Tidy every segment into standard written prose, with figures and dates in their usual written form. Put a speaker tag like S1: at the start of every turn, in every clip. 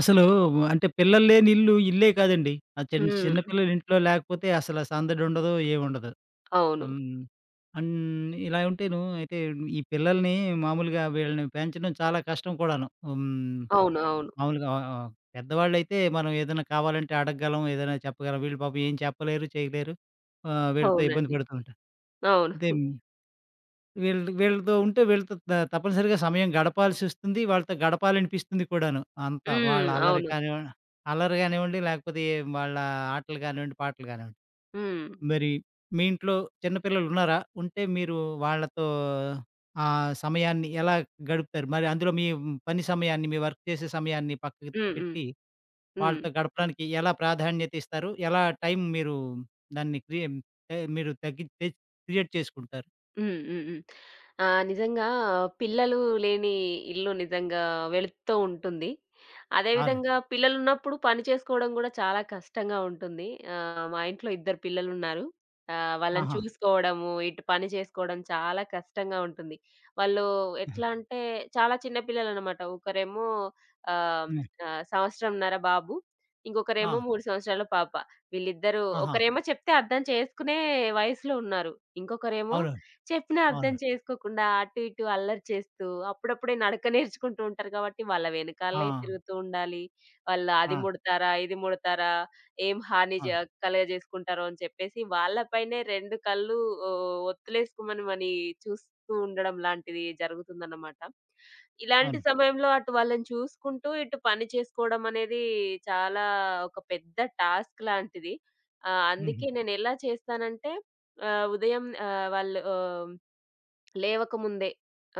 S1: అసలు అంటే పిల్లలు లేని ఇల్లు ఇల్లే కాదండి. ఆ చిన్న
S2: హ్మ్.
S1: పిల్లలు ఇంట్లో లేకపోతే అసల సందడుండదు, ఏముండదు.
S2: అవును.
S1: హ్మ్. అన్ ఇలా ఉంటేను అయితే ఈ పిల్లల్ని మామూలుగా వీళ్ళని పెంచడం చాలా కష్టం కూడాను. హ్మ్.
S2: అవును. అవును.
S1: మామూలుగా పెద్దవాళ్ళైతే మనం ఏదైనా కావాలంటే అడగగలం, ఏదైనా చెప్పగలం. వీళ్ళు పాపం ఏం చెప్పలేరు, చేయలేరు. వీళ్ళతో ఇబ్బంది
S2: అవునండి.
S1: పడుతూ ఉంటారు.
S2: అవును.
S1: అయితే వీళ్ళతో ఉంటే వీళ్ళతో తప్పనిసరిగా సమయం గడపాల్సొస్తుంది. వాళ్ళతో గడపాలనిపిస్తుంది కూడాను. అంతా వాళ్ళ
S2: హ్మ్.
S1: అల్లరి
S2: అవును.
S1: కానివ్వండి, అల్లరి గానివ్వండి, లేకపోతే వాళ్ళ ఆటలు గానివ్వండి, పాటలు గానివ్వండి.
S2: హ్మ్.
S1: మరి మీ ఇంట్లో చిన్న పిల్లలున్నారా? ఉంటే మీరు వాళ్ళతో ఆ సమయాన్ని ఎలా గడుపుతారు? మరి అందులో మీ పని సమయాన్ని, మీ వర్క్ చేసే సమయాన్ని పక్కకి
S2: హ్మ్. హ్మ్.
S1: పెట్టి,
S2: హ్మ్.
S1: వాళ్ళతో గడపడానికి ఎలా ప్రాధాన్యత ఇస్తారు? ఎలా టైం మీరు దాన్ని క్రియ ఆహ్, మీరు తగ్గి తె క్రియేట్ చేసుకుంటారు?
S2: హ్మ్. హ్మ్. హ్మ్. నిజంగా పిల్లలు లేని ఇల్లు నిజంగా వెలుగుతూ ఉంటుంది. అదే
S1: అవునండి.
S2: విధంగా పిల్లలున్నప్పుడు పని చేసుకోవడం గూడా చాలా కష్టంగా ఉంటుంది. మా ఇంట్లో ఇద్దరు పిల్లలున్నారు. వాళ్ళని
S1: ఆహా!
S2: చూసుకోవడము, ఇటు పని చేసుకోవడం చాలా కష్టంగా ఉంటుంది. వాళ్ళు
S1: ఆహా!
S2: ఎట్లా అంటే చాలా చిన్న పిల్లలనమాట. ఒకరేమో ఆహ్,
S1: ఆ!
S2: ఆహ్, సంవత్సరంన్నర బాబు,
S1: ఆ!
S2: ఇంకొకరేమో 3 సంవత్సరాల పాప. వీళ్ళిద్దరూ
S1: ఆహా!
S2: ఒకరేమో చెప్తే అర్థం చేసుకునే వయసులో ఉన్నారు. ఇంకొకరేమో
S1: అవును.
S2: చెప్పినా
S1: అవును.
S2: అర్థం చేసుకోకుండా అటు ఇటు అల్లరి చేస్తూ, అప్పుడప్పుడే నడక నేర్చుకుంటూ ఉంటారు కాబట్టి వాళ్ళ
S1: ఆ!
S2: వెనకాలే తిరుగుతూ ఉండాలి. వాళ్ళు అది
S1: ఆ!
S2: ముడతారా? ఇది ముడతారా? ఏం హాని జ
S1: అవును.
S2: కలుగజేసుకుంటారో అని చెప్పేసి వాళ్ళపైనే 2 కళ్ళు ఒత్తులేసుకోమని చూస్తూ ఉండడం లాంటిది జరుగుతుందన్నమాట. ఇలాంటి
S1: అవును.
S2: సమయంలో అటు వాళ్ళని చూసుకుంటూ, ఇటు పని చేసుకోవడం అనేది చాలా ఒక పెద్ద టాస్క్ లాంటిది.
S1: హుహు.
S2: అందుకే నేనెలా చేస్తానంటే ఉదయం వాళ్ళు లేవకముందే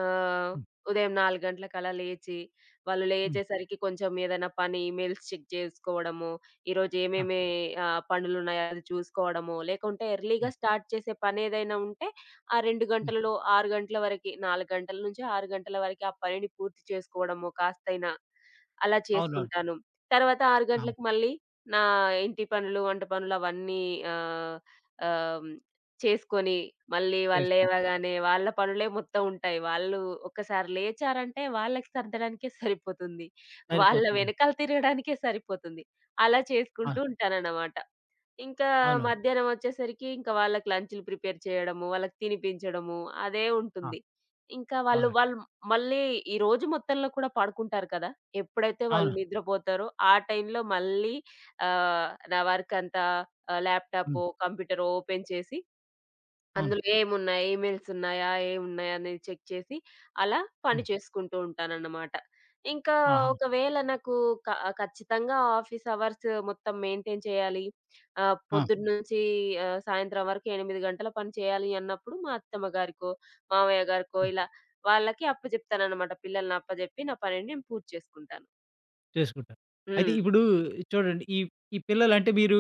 S2: ఆహ్,
S1: హ్మ్.
S2: ఉదయం 4 గంటలకలా లేచి, వాళ్ళు
S1: హ్మ్.
S2: లేచేసరికి కొంచెం ఏదైనా పని ఈమెయిల్స్ చెక్ చేసుకోవడము, ఈరోజు
S1: ఆ!
S2: ఏమేమి పనులున్నాయో అది చూసుకోవడము, లేకుంటే ఎర్లీగా
S1: హ్మ్.
S2: స్టార్ట్ చేసే పనేదైనా ఉంటే ఆ 2
S1: హ్మ్.
S2: గంటలలో 6 గంటల వరకి 4 గంటల నుంచి 6 గంటల వరకి ఆ పనిని పూర్తి చేసుకోవడము కాస్తైనా అలా
S1: అవునవును.
S2: చేసుకుంటాను. తర్వాత 6
S1: ఆ!
S2: గంటలకు మళ్ళీ నా ఇంటి పనులు, వంట పనులు అవన్నీ ఆహ్, ఆహ్ చేసుకొని, మళ్ళీ వాళ్ళు
S1: చేసుకుంటాం.
S2: లేవగానే వాళ్ళ పనులే మొత్తం ఉంటాయి. వాళ్ళు ఒక్కసారి లేచారంటే వాళ్ళకి సర్దడానికే సరిపోతుంది. వాళ్ళ
S1: సరిపోతుంది.
S2: వెనకాల తిరగడానికే సరిపోతుంది. అలా
S1: ఆ!
S2: చేసుకుంటూ ఉంటానన్నమాట. ఇంకా
S1: అవునవును.
S2: మధ్యాహ్నం వచ్చేసరికి ఇంకా వాళ్ళకి లంచ్‌లు ప్రిపేర్ చేయడము, వాళ్ళకి తినిపించడము అదే
S1: ఆ!
S2: ఉంటుంది. ఇంకా వాళ్ళు
S1: అవును.
S2: వాళ్ళు మళ్ళీ ఈ రోజు మొత్తంలో కూడా పడుకుంటారు కదా! ఎప్పుడైతే వాళ్ళు
S1: అవును.
S2: నిద్రపోతారో ఆ టైంలో మళ్ళీ నా వర్క్ అంతా
S1: హ్మ్.
S2: ల్యాప్‌టాపో, కంప్యూటరో ఓపెన్ చేసి
S1: అవును.
S2: అందులో ఏమున్నాయి? ఈమెయిల్స్ ఉన్నాయా? ఏమున్నాయా? అనేది చెక్ చేసి అలా పని
S1: హ్మ్.
S2: చేసుకుంటూ ఉంటానన్నమాట. ఇంకా
S1: ఆహా!
S2: ఒకవేళ నాకు క ఖచ్చితంగా ఆఫీస్ అవర్స్ మొత్తం మెయింటైన్ చేయాలి.
S1: ఆ!
S2: పొద్దున్న నుంచి సాయంత్రం వరకు 8 గంటల పని చేయాలి అన్నప్పుడు మా అత్తమ్మ గారికో, మామయ్య గారికో
S1: హ్మ్.
S2: ఇలా వాళ్ళకి అప్పజెప్తానన్నమాట. పిల్లల్ని అప్పజెప్పి నా పనిని నేను పూర్తి చేసుకుంటాను.
S1: చేసుకుంటారు. అయితే
S2: హ్మ్.
S1: ఇప్పుడు చూడండి ఈ పిల్లలంటే మీరు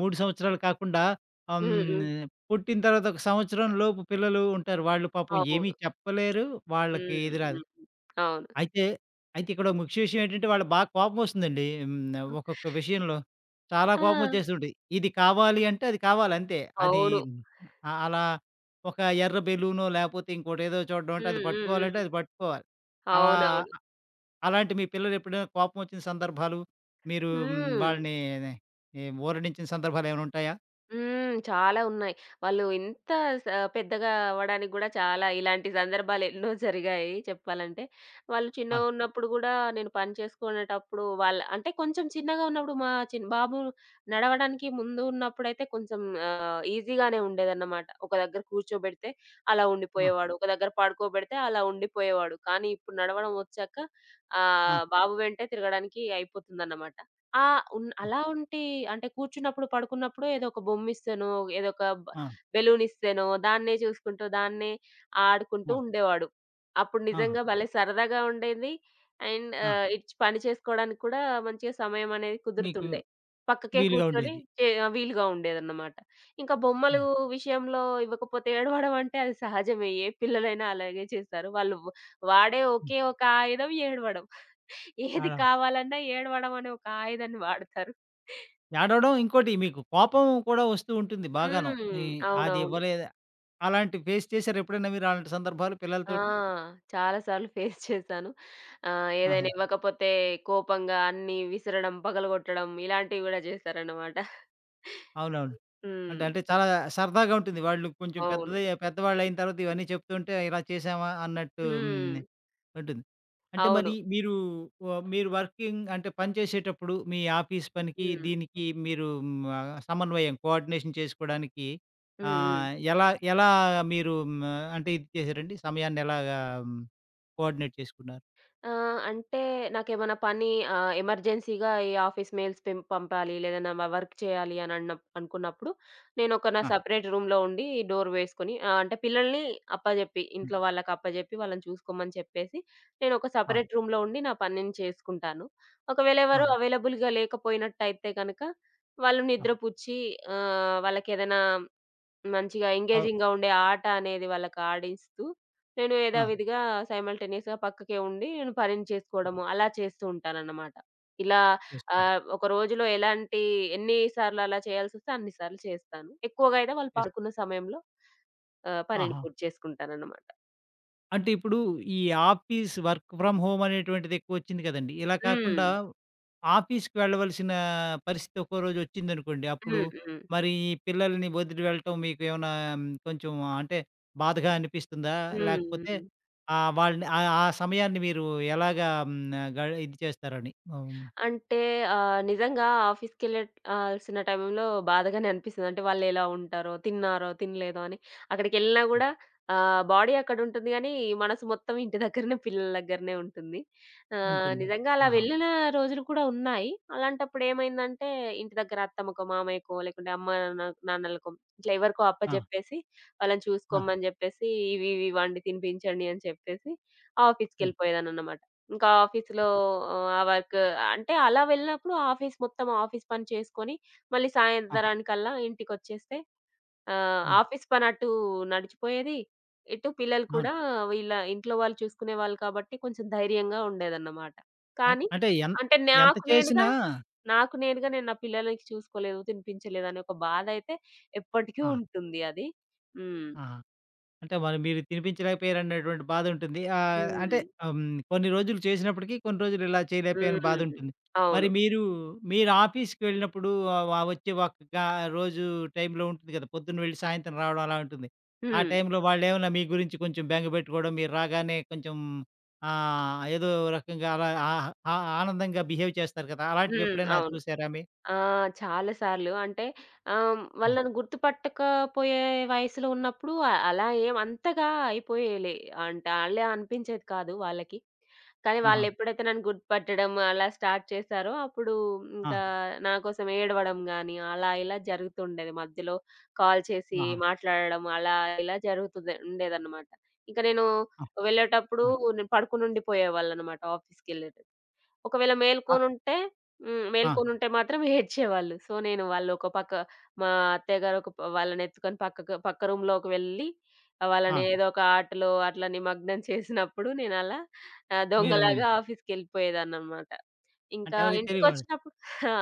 S1: 3 సంవత్సరాలు కాకుండా
S2: హ్మ్. హ్మ్.
S1: పుట్టిన తర్వాత ఒక సంవత్సరం లోపు పిల్లలు ఉంటారు. వాళ్ళు పాపం ఏమీ
S2: అవును.
S1: చెప్పలేరు. వాళ్ళకి
S2: హ్మ్.
S1: ఇది రాదు.
S2: హ్మ్. అవును.
S1: అయితే, అయితే ఇక్కడ ఒక ముఖ్య విషయం ఏంటంటే, వాళ్ళకి బాగా కోపమొస్తుందండి. హ్మ్. ఒక్కొక్క విషయంలో. చాలా
S2: ఆ!
S1: కోపమొచ్చేస్తుంది. ఇది కావాలి అంటే అది కావాలి అంతే. అది
S2: అవును.
S1: ఆహ్, అలా ఒక ఎర్ర బెలూనో, లేపోతే ఇంకోటేదో చూడడం అంటే, అది
S2: హ్మ్. హ్మ్. హ్మ్.
S1: పట్టుకోవాలంటే అది పట్టుకోవాలి. అలా
S2: అవునవును.
S1: అలాంటి మీ పిల్లలెప్పుడైనా కోపమొచ్చిన సందర్భాలు, మీరు
S2: హ్మ్.
S1: వాళ్ళని ఊరడించిన సందర్భాలేమైనా ఉంటాయా?
S2: హ్మ్. చాలా ఉన్నాయి. వాళ్ళు ఇంత స పెద్దగా అవ్వడానికి గూడా చాలా ఇలాంటి సందర్భాలు ఎన్నో జరిగాయి చెప్పాలంటే. వాళ్ళు
S1: ఆల్
S2: చిన్నగున్నప్పుడు గూడా నేను పని చేసుకునేటప్పుడు వాళ్ళ అంటే కొంచెం చిన్నగా ఉన్నప్పుడు మా బాబు నడవడానికి ముందు ఉన్నప్పుడైతే కొంచెం ఈజీగానే ఉండేదన్నమాట. ఒక దగ్గర కూర్చోబెడితే అలా
S1: ఆ!
S2: ఉండిపోయేవాడు. ఒక దగ్గర పడుకోబెడితే అలా ఉండిపోయేవాడు. కానీ ఇప్పుడు నడవడం వచ్చాక
S1: ఆ!
S2: బాబు వెంటే తిరగడానికి అయిపోతుందన్నమాట. ఆ! అలా ఉంటే అంటే కూర్చున్నప్పుడు, పడుకున్నప్పుడు ఏదో ఒక బొమ్మిస్తేనో, ఏదో ఒక బ
S1: ఆ!
S2: బెలూనిస్తేనో దాన్నే చూసుకుంటూ, దాన్నే ఆడుకుంటూ
S1: ఆ!
S2: ఉండేవాడు. అప్పుడు
S1: ఆ!
S2: నిజంగా భలే సరదాగా ఉండేది. అండ్
S1: ఆ!
S2: ఇట్స్ పని చేసుకోవడానికి కూడా మంచిగా సమయం అనేది
S1: మీకు
S2: కుదురుతుండే. పక్కకే
S1: వీలుగా
S2: కూర్చొని
S1: ఉండేది.
S2: చే వీలుగా ఉండేదన్నమాట. ఇంకా బొమ్మలు
S1: ఆ!
S2: విషయంలో ఇవ్వకపోతే ఏడవడం అంటే అది సహజమే. ఏ పిల్లలైనా అలాగే చేస్తారు. వాళ్ళు వాడే
S1: హ్మ్.
S2: ఒకే ఒక ఆయుధం ఏడవడం. ఏది
S1: అలా
S2: కావాలన్నా ఏడవడం అనే ఒక ఆయుధాన్ని వాడతారు.
S1: ఏడవడం ఇంకోటి మీకు కోపం కూడా వస్తూ ఉంటుంది బాగాను.
S2: హ్మ్.
S1: ఈ అది
S2: అవునవును.
S1: ఇవ్వలేదు అలాంటివి ఫేస్ చేసారా ఎప్పుడైనా మీరు అలాంటి సందర్భాలు
S2: ఆ!
S1: పిల్లలతోటి?
S2: చాలా సార్లు ఫేస్ చేశాను. ఏదైనా
S1: ఆహా!
S2: ఇవ్వకపోతే కోపంగా అన్నీ విసరడం, పగలగొట్టడం ఇలాంటివి గూడా చేశారన్నమాట.
S1: అవునవును.
S2: హ్మ్.
S1: అంటే అంటే చాలా సరదాగా ఉంటుంది. వాళ్ళు కొంచెం
S2: అవును.
S1: పెద్దవాళ్ళయిన తర్వాత ఇవన్నీ చెప్తుంటే ఇలా చేశామా అన్నట్టు హ్మ్.
S2: హ్మ్.
S1: ఉంటుంది. అంటే
S2: అవును.
S1: మరి మీరు మీరు వర్కింగ్ అంటే పని చేసేటప్పుడు మీ ఆఫీస్ పనికి,
S2: హ్మ్.
S1: దీనికి మీరు సమన్వయం కోఆర్డినేషన్ చేసుకోవడానికి
S2: హ్మ్.
S1: ఆహ్,
S2: హ్మ్.
S1: ఎలా ఎలా మీరు హ్మ్, అంటే ఇది చేశారండి? సమయాన్ని ఎలాగా హ్మ్, కోఆర్డినేట్ చేసుకున్నారు?
S2: ఆ! అంటే నాకేమన్నా పని ఎమర్జెన్సీగా ఈ ఆఫీస్ మెయిల్స్ పంపాలి లేదా నా వర్క్ చేయాలి అని అనుకున్నప్పుడు నా
S1: ఆ!
S2: సెపరేట్ రూమ్‌లో ఉండి డోర్ వేసుకొని అంటే పిల్లల్ని అప్పజెప్పి
S1: హ్మ్.
S2: ఇంట్లో వాళ్ళకి అప్పజెప్పి వాళ్ళని చూసుకోమని చెప్పేసి నేను ఒక
S1: ఆ!
S2: సెపరేట్ రూమ్‌లో ఉండి నా పని నేను చేసుకుంటాను. ఒకవేళ
S1: ఆ!
S2: ఎవరు అవైలబుల్‌గా లేకపోయినట్టయితే గనక వాళ్ళు
S1: ఆ!
S2: నిద్రపుచ్చి వాళ్ళకేదైనా మంచిగా
S1: అవ్
S2: ఎంగేజింగ్‌గా ఉండే ఆట అనేది వాళ్ళకి ఆడిస్తూ, నేను
S1: ఆ!
S2: యథావిధిగా సైమల్టేనియస్‌గా పక్కకే ఉండి నేను పనిని
S1: ఆ!
S2: చేసుకోవడము అలా చేస్తూ ఉంటానన్నమాట. ఇలా
S1: చేసుకున్నారు.
S2: ఒక రోజులో ఎన్ని సార్లు అలా చేయాల్సొస్తే అన్ని సార్లు చేస్తాను. ఎక్కువగా అయితే వాళ్ళు
S1: చేస్
S2: పడుకున్న సమయంలో పనిని
S1: ఆహా!
S2: పూర్తి చేసుకుంటానన్నమాట.
S1: అంటే ఇప్పుడు ఈ ఆఫీస్ వర్క్ ఫ్రమ్ హోమ్ అనేటువంటిది ఎక్కువొచ్చింది కదండీ. ఇలా కాకుండా
S2: హ్మ్.
S1: ఆఫీస్‌కి వెళ్ళవలసిన పరిస్థితి ఒక్కో రోజు వచ్చిందనుకోండి. అప్పుడు
S2: హ్మ్. హ్మ్.
S1: మరి ఈ పిల్లల్ని వదిలి వెళ్ళటం మీకు ఏమైనా కొంచెం అంటే బాధగా అనిపిస్తుందా?
S2: హ్మ్.
S1: లేకపోతే
S2: హ్మ్.
S1: వాళ్ళని ఆ ఆ సమయాన్ని మీరు ఎలాగా హ్మ్. గ ఇది చేస్తారని హ్మ్.
S2: అంటే నిజంగా ఆఫీస్‌కెళ్ళే టైంలో బాధగానే అనిపిస్తది. అంటే వాళ్ళెలా ఉంటారో, తిన్నారో, తినలేదో అని. అక్కడికెళ్ళినా గూడా బాడీ అక్కడుంటుంది గానీ, మనసు మొత్తం ఇంటి దగ్గరనే, పిల్లల దగ్గరనే ఉంటుంది.
S1: ఉంటుంది.
S2: నిజంగా అలా
S1: ఆహా!
S2: వెళ్ళిన రోజులు కూడా ఉన్నాయి. అలాంటప్పుడు ఏమైందంటే, ఇంటి దగ్గర అత్తమ్మకో, మామయ్యకో, లేకుంటే అమ్మ నా నాన్నలకో ఇట్లా ఎవరికో
S1: ఆ!
S2: అప్పజెప్పేసి, వాళ్ళని
S1: ఆ!
S2: చూసుకోమని జెప్పేసి, ఇవి ఇవి వండి తినిపించండి అని చెప్పేసి
S1: హ్మ్.
S2: ఆఫీస్‌కెళ్ళిపోయేదాన్ననమాట. ఇంకా ఆఫీస్‌లో ఆహ్, ఆ ఆ వర్క్ అంటే అలా వెళ్ళినప్పుడు ఆఫీస్ పని చేసుకొని, మళ్ళీ
S1: ఆ!
S2: సాయంత్రానికల్లా ఇంటికొచ్చేస్తే
S1: ఆ!
S2: ఆఫీస్ పని అటు నడిచిపోయేది. ఇటు పిల్లలు
S1: అవును.
S2: కూడా వీళ్ళ ఇంట్లో వాళ్ళు చూసుకునేవాళ్ళు కాబట్టి కొంచెం ధైర్యంగా ఉండేదన్నమాట.
S1: అ
S2: కానీ
S1: అంటే ఎన్
S2: అంటే
S1: ఎంత చేసినా
S2: నాకు నేనుగా నేను నా పిల్లలకి చూసుకోలేదు, తినిపించలేదు అనే ఒక బాధైతే ఎప్పటికీ
S1: ఆ!
S2: ఉంటుంది అది. హ్మ్.
S1: ఆ! అంటే మరి మీరు తినిపించలేకపోయారనేటువంటి బాధుంటుంది. ఆహ్,
S2: హ్మ్.
S1: అంటే ఆహ్, హ్మ్. కొన్ని రోజులు చేసినప్పటికీ, కొన్ని రోజులు ఇలా చేయలేకపోయాని
S2: హ్మ్.
S1: బాధుంటుంది. మరి
S2: అవును.
S1: మీరు ఆఫీస్‌కి వెళ్ళినప్పుడు ఆహ్, ఆహ్, వచ్చే ఒక గా రోజు టైంలో ఉంటుంది కదా! పొద్దున్న వెళ్ళి సాయంత్రం రావడం అలా ఉంటుంది. ఆ
S2: హ్మ్.
S1: టైంలో వాళ్ళేమన్నా మీ గురించి కొంచెం బెట్టుకోవడం, మీరు రాగానే కొంచెం ఆహ్, ఏదో రకంగా అలా ఆహ్, ఆ ఆనందంగా బిహేవ్ చేస్తారు కదా!
S2: హ్మ్.
S1: అలాంటివెప్పుడైనా
S2: అవును.
S1: చూసారా మీ
S2: ఆ! చాలా సార్లు. అంటే
S1: ఆ!
S2: వాళ్ళు నన్ను గుర్తుపట్టకపోయే వయసులో ఉన్నప్పుడు అలా ఏం అంతగా అయిపోయేలే అంటే అలా అనిపించేది కాదు వాళ్ళకి. కానీ
S1: ఆహా!
S2: వాళ్ళు హ్మ్. ఎప్పుడైతే నన్ను గుర్తుపట్టడం అలా స్టార్ట్ చేశారో అప్పుడు
S1: ఆ!
S2: ఇంకా నా కోసం ఏడవడం గాని అలా ఇలా జరుగుతుండేది. మధ్యలో కాల్ చేసి
S1: ఆహా!
S2: మాట్లాడడం అలా ఇలా జరుగుతుంది ఉండేదన్నమాట. ఇంక నేను
S1: ఆ!
S2: వెళ్ళేటప్పుడు
S1: ఆ!
S2: నేను పడుకొని ఉండిపోయేవాళ్ళన్నమాట ఆఫీస్‌కెళ్ళేటప్పుడు. ఒకవేళ
S1: ఆ!
S2: మేల్కొనుంటే హ్మ్.
S1: ఆ!
S2: మేల్కొనుంటే మాత్రం ఏడ్చేవాళ్ళు. సో, నేను వాళ్ళొక పక్క మా అత్తయ్య గారు ఒక వాళ్ళనెత్తుకొని పక్క రూమ్‌లోకి వెళ్ళి వాళ్ళని
S1: ఆ!
S2: ఏదో ఒక ఆటలో అట్లా నిమగ్నం చేసినప్పుడు నేనలా
S1: మీరు
S2: దొంగలాగా ఆఫీస్‌కెళ్ళిపోయేదాన్ననమాట. ఇంకా
S1: అంటే ఎవరికీ తెలియకూడదు.
S2: ఇంటికొచ్చినప్పుడు ఆ!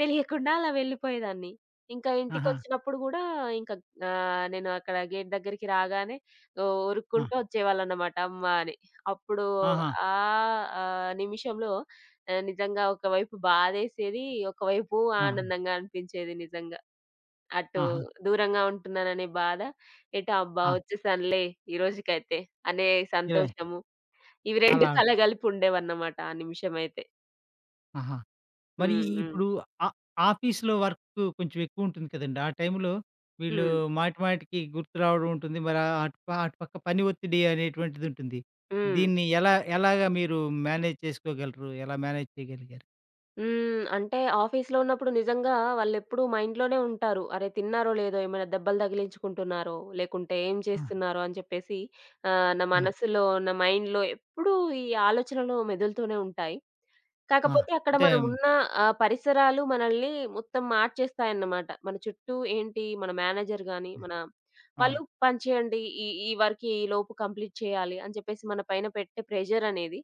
S2: తెలియకుండా అలా వెళ్ళిపోయేదాన్ని. ఇంకా
S1: ఆహా!
S2: ఇంటికొచ్చినప్పుడు గూడా ఇంకా నేను అక్కడ గేట్ దగ్గరికి రాగానే ఓ
S1: ఆ!
S2: ఉరుక్కుంటూ వచ్చేవాళ్ళనమాట అమ్మ అని. అప్పుడు
S1: ఆహా!
S2: ఆ నిమిషంలో నిజంగా ఒకవైపు బాధేసేది, ఒకవైపు
S1: ఆహా!
S2: ఆనందంగా అనిపించేది నిజంగా. అటు
S1: ఆహా!
S2: దూరంగా ఉంటున్నాననే బాధ, ఎటు అబ్బా!
S1: ఆ!
S2: వచ్చేసానులే ఈ రోజుకైతే అనే
S1: ఇరవై
S2: సంతోషము. ఇవి 2
S1: అలా ఉంటుంది.
S2: కలగలిపుండేవన్నమాట ఆ నిమిషమైతే.
S1: ఆహా! మరి
S2: హ్మ్. హ్మ్.
S1: ఇప్పుడు ఆ ఆఫీస్‌లో వర్క్ కొంచెం ఎక్కువుంటుంది కదండీ. ఆ టైంలో వీళ్ళు
S2: హ్మ్.
S1: మాటి మాటికి గుర్తు రావడం ఉంటుంది. మరి ఆ అటు ప అటు పక్క పని ఒత్తిడి అనేటువంటిది ఉంటుంది.
S2: హ్మ్.
S1: దీన్ని ఎలాగా మీరు మేనేజ్ చేసుకోగలరు? ఎలా మేనేజ్ చేయగలిగారు?
S2: హ్మ్. అంటే ఆఫీస్‌లో ఉన్నప్పుడు నిజంగా వాళ్ళెప్పుడూ మైండ్‌లోనే ఉంటారు. అరే! తిన్నారో లేదో, ఏమైనా దెబ్బలు తగిలించుకుంటున్నారో, లేకుంటే ఏం
S1: ఆ!
S2: చేస్తున్నారో అని చెప్పేసి నా
S1: ఆ!
S2: మనసులో, నా మైండ్‌లో ఎప్పుడూ ఈ ఆలోచనలు మెదులుతూనే ఉంటాయి.
S1: ఆ!
S2: కాకపోతే అక్కడ
S1: అంటే
S2: మనమున్న పరిసరాలు మనల్ని మొత్తం మార్చేస్తాయన్నమాట. మన చుట్టూ ఏంటి మన మేనేజర్ గాని, మన
S1: ఆ!
S2: వాళ్ళు పని చేయండి. ఈ ఈ వర్క్ ఈ లోపు కంప్లీట్ చేయాలి అని చెప్పేసి మన పైన పెట్టే ప్రెషర్ అనేది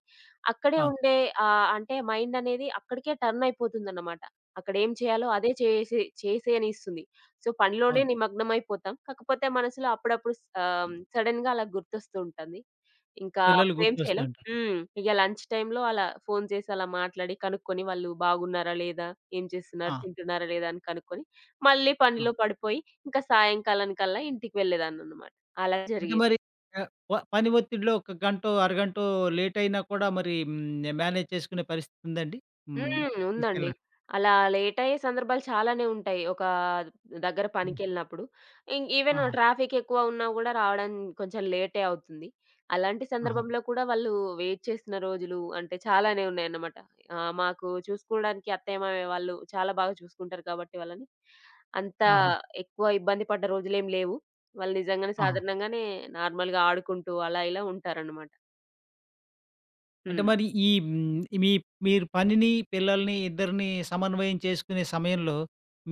S2: అక్కడే
S1: ఆ!
S2: ఉండే అంటే మైండ్ అనేది అక్కడికే టర్న్ అయిపోతుందన్నమాట. అక్కడ ఏం చేయాలో
S1: ఆ!
S2: అదే చేసేయనిస్తుంది. సో, పనిలోనే
S1: అవును.
S2: నిమగ్నమైపోతాం. కాకపోతే మనసులో అప్పుడప్పుడు సడెన్‌గా అలా గుర్తొస్తూ ఉంటుంది. ఇంకా
S1: పిల్లలు
S2: అప్పుడేం
S1: గుర్తొస్తూ
S2: చేయలేం.
S1: ఉంటారు.
S2: హ్మ్. ఇగ లంచ్ టైమ్‌లో అలా ఫోను చేసి అలా మాట్లాడి కనుక్కొని వాళ్ళు బాగున్నారా? లేదా? ఏం
S1: ఆ!
S2: చేస్తున్నారు? తింటున్నారా? లేదా? అని కనుక్కొని మళ్ళీ
S1: ఆ!
S2: పనిలో పడిపోయి ఇంకా సాయంకాలానికల్లా ఇంటికి వెళ్ళేదాన్ననమాట. అలా
S1: అంటే
S2: జరిగేది.
S1: మరి ఆహ్, వ పని ఒత్తిడిలో ఒక గంటో, అరగంటో లేట్ అయినా కూడా మరి మేనేజ్ చేసుకునే పరిస్థితి ఉందండి? హ్మ్.
S2: హ్మ్.
S1: మీ పిల్ల
S2: ఉందండి. అలా లేట్ అయ్యే సందర్భాలు చాలానే ఉంటాయి. ఒక దగ్గర
S1: హ్మ్.
S2: పనికెళ్ళినప్పుడు. ఇన్ ఈవెన్
S1: ఆహా!
S2: ట్రాఫిక్ ఎక్కువ ఉన్నా గూడా రావడం కొంచెం లేటే అవుతుంది. అలాంటి
S1: ఆహా!
S2: సందర్భంలో కూడా వాళ్ళు వెయిట్ చేసిన రోజులు అంటే చాలానే ఉన్నాయన్నమాట. మాకు చూసుకోవడానికి అత్తయ్య, మామయ్య వాళ్ళు చాలా బాగా చూసుకుంటారు కాబట్టి వాళ్ళని. అంత
S1: ఆహా!
S2: ఎక్కువ ఇబ్బంది పడ్డ రోజులేం లేవు. వాళ్ళు నిజంగానే
S1: ఆహా!
S2: సాధారణంగానే నార్మల్‌గా ఆడుకుంటూ అలా ఇలా ఉంటారన్నమాట.
S1: అంటే
S2: హ్మ్.
S1: మరి ఈ హ్మ్, మీ మీరు పనిని, పిల్లల్ని ఇద్దరిని సమన్వయం చేసుకునే సమయంలో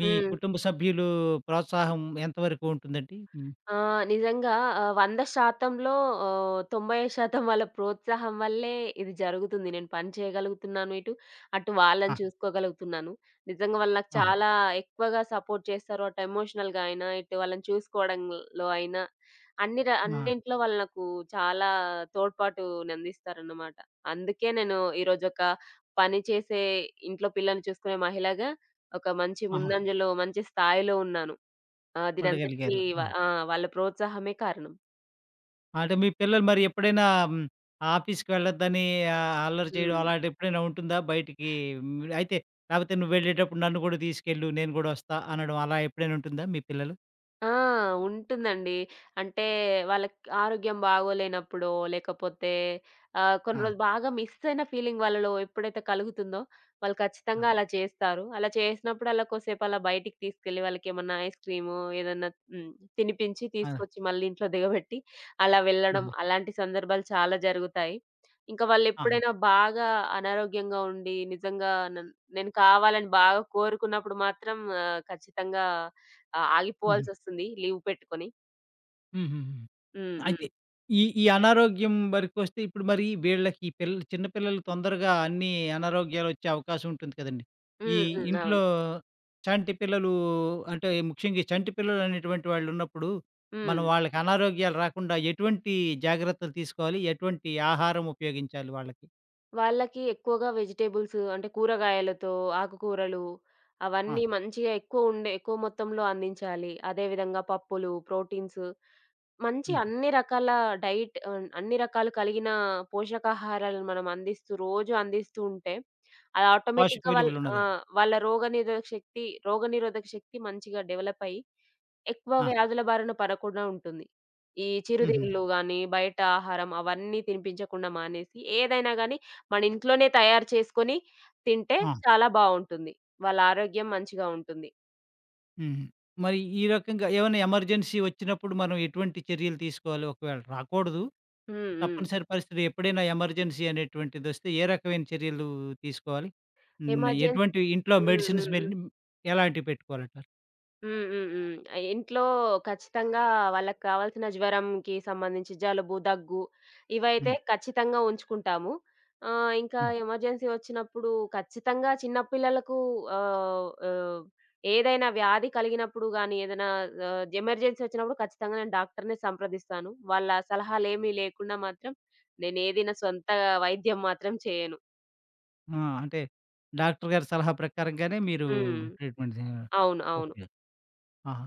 S1: మీ
S2: హ్మ్.
S1: కుటుంబ సభ్యులు ప్రోత్సాహం ఎంతవరకు ఉంటుందండి? హ్మ్.
S2: ఆ! నిజంగా 100%లో 90% వాళ్ళ ప్రోత్సాహం వల్లే ఇది జరుగుతుంది. నేను పని చేయగలుగుతున్నాను ఇటు, అటు
S1: ఆ!
S2: వాళ్ళని చూసుకోగలుగుతున్నాను. నిజంగా వాళ్ళు నాకు
S1: ఆహా!
S2: చాలా ఎక్కువగా సపోర్ట్ చేస్తారు. అటు ఎమోషనల్‌గా అయినా, ఇటు వాళ్ళని చూసుకోవడంలో అయినా
S1: ఆ!
S2: అన్నింట్లో వాళ్ళు నాకు చాలా తోడ్పాటునందిస్తారన్నమాట. అందుకే నేను ఈరోజొక పని చేసే, ఇంట్లో పిల్లల్ని చూసుకునే మహిళగా ఒక మంచి
S1: ఆహా!
S2: ముందంజలో, మంచి స్థాయిలో ఉన్నాను. ఆ! దీనంతటికి
S1: ఉండగలిగారు.
S2: వ
S1: ఆ!
S2: ఆ! వాళ్ళ ప్రోత్సాహమే కారణం.
S1: అంటే మీ పిల్లలు మరి ఎప్పుడైనా హ్మ్, ఆఫీస్‌కి వెళ్ళొద్దని అల్లరి చేయడం
S2: హ్మ్.
S1: అలాంటిది ఎప్పుడైనా ఉంటుందా? బయటికి హ్మ్, అయితే లేపోతే "నువ్వు వెళ్ళేటప్పుడు నన్ను కూడా తీసుకెళ్ళు. నేను కూడా వస్తా" అనడం అలా ఎప్పుడైనా ఉంటుందా మీ పిల్లలు?
S2: ఆ! ఉంటుందండి. అంటే వాళ్ళకి ఆరోగ్యం బాగోలేనప్పుడో, లేకపోతే కొన్ని
S1: ఆ!
S2: రోజులు బాగా మిస్ అయిన ఫీలింగ్ వాళ్ళలో ఎప్పుడైతే కలుగుతుందో, వాళ్ళు
S1: ఆ!
S2: ఖచ్చితంగా అలా చేస్తారు. అలా చేసినప్పుడు అలా కొద్దిసేపు అలా బయటికి తీసుకెళ్ళి వాళ్ళకేమన్నా ఐస్ క్రీము ఏదన్నా హ్మ్. తినిపించి
S1: ఆ!
S2: తీసుకొచ్చి మళ్ళీ ఇంట్లో దిగబెట్టి అలా వెళ్ళడం
S1: అవును.
S2: అలాంటి సందర్భాలు చాలా జరుగుతాయి. ఇంకా
S1: ఆహా!
S2: వాళ్ళెప్పుడైనా బాగా అనారోగ్యంగా ఉండి నిజంగా నేను కావాలని బాగా కోరుకున్నప్పుడు మాత్రం ఖచ్చితంగా ఆ!
S1: హుహు.
S2: ఆగిపోవాల్సొస్తుంది లీవ్ పెట్టుకొని.
S1: హుహుహు.
S2: హ్మ్.
S1: అయితే
S2: హ్మ్.
S1: ఈ ఈ అనారోగ్యం వరకొస్తే ఇప్పుడు మరి వీళ్ళకి ఈ పిల్ల చిన్న పిల్లలు తొందరగా అన్ని అనారోగ్యాలొచ్చే అవకాశం ఉంటుంది కదండీ. ఈ
S2: హ్మ్. హ్మ్.
S1: ఇంట్లో
S2: అవును.
S1: చంటి పిల్లలు అంటే ముఖ్యంగా ఈ చంటి పిల్లలు అనేటువంటి వాళ్ళున్నప్పుడు, మనం
S2: హ్మ్.
S1: వాళ్ళకి అనారోగ్యాలు రాకుండా ఎటువంటి జాగ్రత్తలు తీసుకోవాలి? ఎటువంటి ఆహారం ఉపయోగించాలి వాళ్ళకి?
S2: వాళ్ళకి ఎక్కువగా వెజిటబుల్స్ అంటే కూరగాయలతో, ఆకుకూరలు
S1: ఆ!
S2: అవన్నీ మంచిగా ఎక్కువ మొత్తంలో అందించాలి. అదే విధంగా పప్పులు, ప్రోటీన్స్ మంచి
S1: హ్మ్.
S2: అన్ని రకాల డైట్ అన్ని రకాలు కలిగిన పోషకాహారాలను మనం అందిస్తూ రోజు అందిస్తూ ఉంటే అది
S1: పోషక
S2: ఆటోమేటిక్‌గా వాళ్ళ ఆ!
S1: విలువలున్నది.
S2: వాళ్ళ రోగనిరోధక శక్తి మంచిగా డెవలప్ అయ్యి ఎక్కువ
S1: ఆ!
S2: వ్యాధుల బారిన పడకుండా ఉంటుంది. ఈ
S1: హుహు.
S2: చిరుతిండ్లు గాని, బయట ఆహారం అవన్నీ తినిపించకుండా మానేసి, ఏదైనా గాని మన ఇంట్లోనే తయారు చేసుకొని తింటే
S1: ఆ!
S2: చాలా బావుంటుంది. వాళ్ళ ఆరోగ్యం మంచిగా ఉంటుంది.
S1: హుహు. మరి ఈ రకంగా ఏమైనా ఎమర్జెన్సీ వచ్చినప్పుడు మనం ఎటువంటి చర్యలు తీసుకోవాలి? ఒకవేళ రాకూడదు
S2: హ్మ్. హ్మ్.
S1: తప్పనిసరి పరిస్థితి ఎప్పుడైనా ఎమర్జెన్సీ అనేటువంటిదొస్తే ఏ రకమైన చర్యలు తీసుకోవాలి? హ్మ్.
S2: ఎమర్జెన్సీ
S1: ఎటువంటి ఇంట్లో
S2: హ్మ్.
S1: మెడిసిన్స్
S2: హ్మ్.
S1: మెల్
S2: హ్మ్.
S1: ఎలాంటివి పెట్టుకోవాలంటారు?
S2: హ్మ్. హ్మ్. హ్మ్. ఇంట్లో ఖచ్చితంగా వాళ్ళకి కావాల్సిన జ్వరంకి సంబంధించి జలుబు, దగ్గు ఇవైతే
S1: హ్మ్.
S2: ఖచ్చితంగా ఉంచుకుంటాము. ఇంకా
S1: హ్మ్.
S2: ఎమర్జెన్సీ వచ్చినప్పుడు ఖచ్చితంగా చిన్న పిల్లలకు ఆహ్, ఆహ్, ఏదైనా వ్యాధి కలిగినప్పుడు గానీ, ఏదైనా ఎమర్జెన్సీ వచ్చినప్పుడు ఖచ్చితంగా నేను డాక్టర్‌నే సంప్రదిస్తాను. వాళ్ళ సలహాలేమీ లేకుండా మాత్రం నేనేది నా సొంత వైద్యం మాత్రం చేయను.
S1: ఆ! అంటే డాక్టర్ గారి సలహా ప్రకారంగానే మీరు
S2: హ్మ్.
S1: ట్రీట్మెంట్ జే
S2: అవును. అవును.
S1: ఓకే. ఆహా!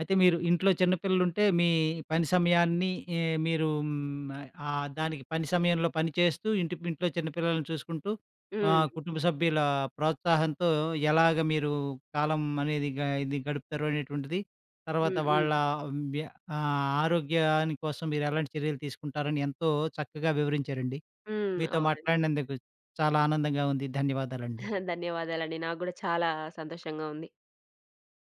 S1: అయితే మీరు ఇంట్లో చిన్న పిల్లలుంటే మీ పని సమయాన్ని ఏ మీరు హ్మ్, ఆహ్, దానికి పని సమయంలో పని చేస్తూ ఇంట్లో చిన్న పిల్లల్ని చూసుకుంటూ
S2: హ్మ్.
S1: కుటుంబ సభ్యుల ప్రోత్సాహంతో ఎలాగ మీరు కాలం అనేది గ ఇది గడుపుతారు అనేటువంటిది, తర్వాత
S2: హ్మ్. హ్మ్.
S1: వాళ్ళ వ్య ఆహ్, ఆరోగ్యాని కోసం మీరు ఎలాంటి చర్యలు తీసుకుంటారని ఎంతో చక్కగా వివరించారండి.
S2: హ్మ్.
S1: మీతో
S2: అవునండి.
S1: మాట్లాడినందుకు చాలా ఆనందంగా ఉంది. ధన్యవాదాలండి.
S2: ధన్యవాదాలండి. నాకు గూడా చాలా సంతోషంగా ఉంది.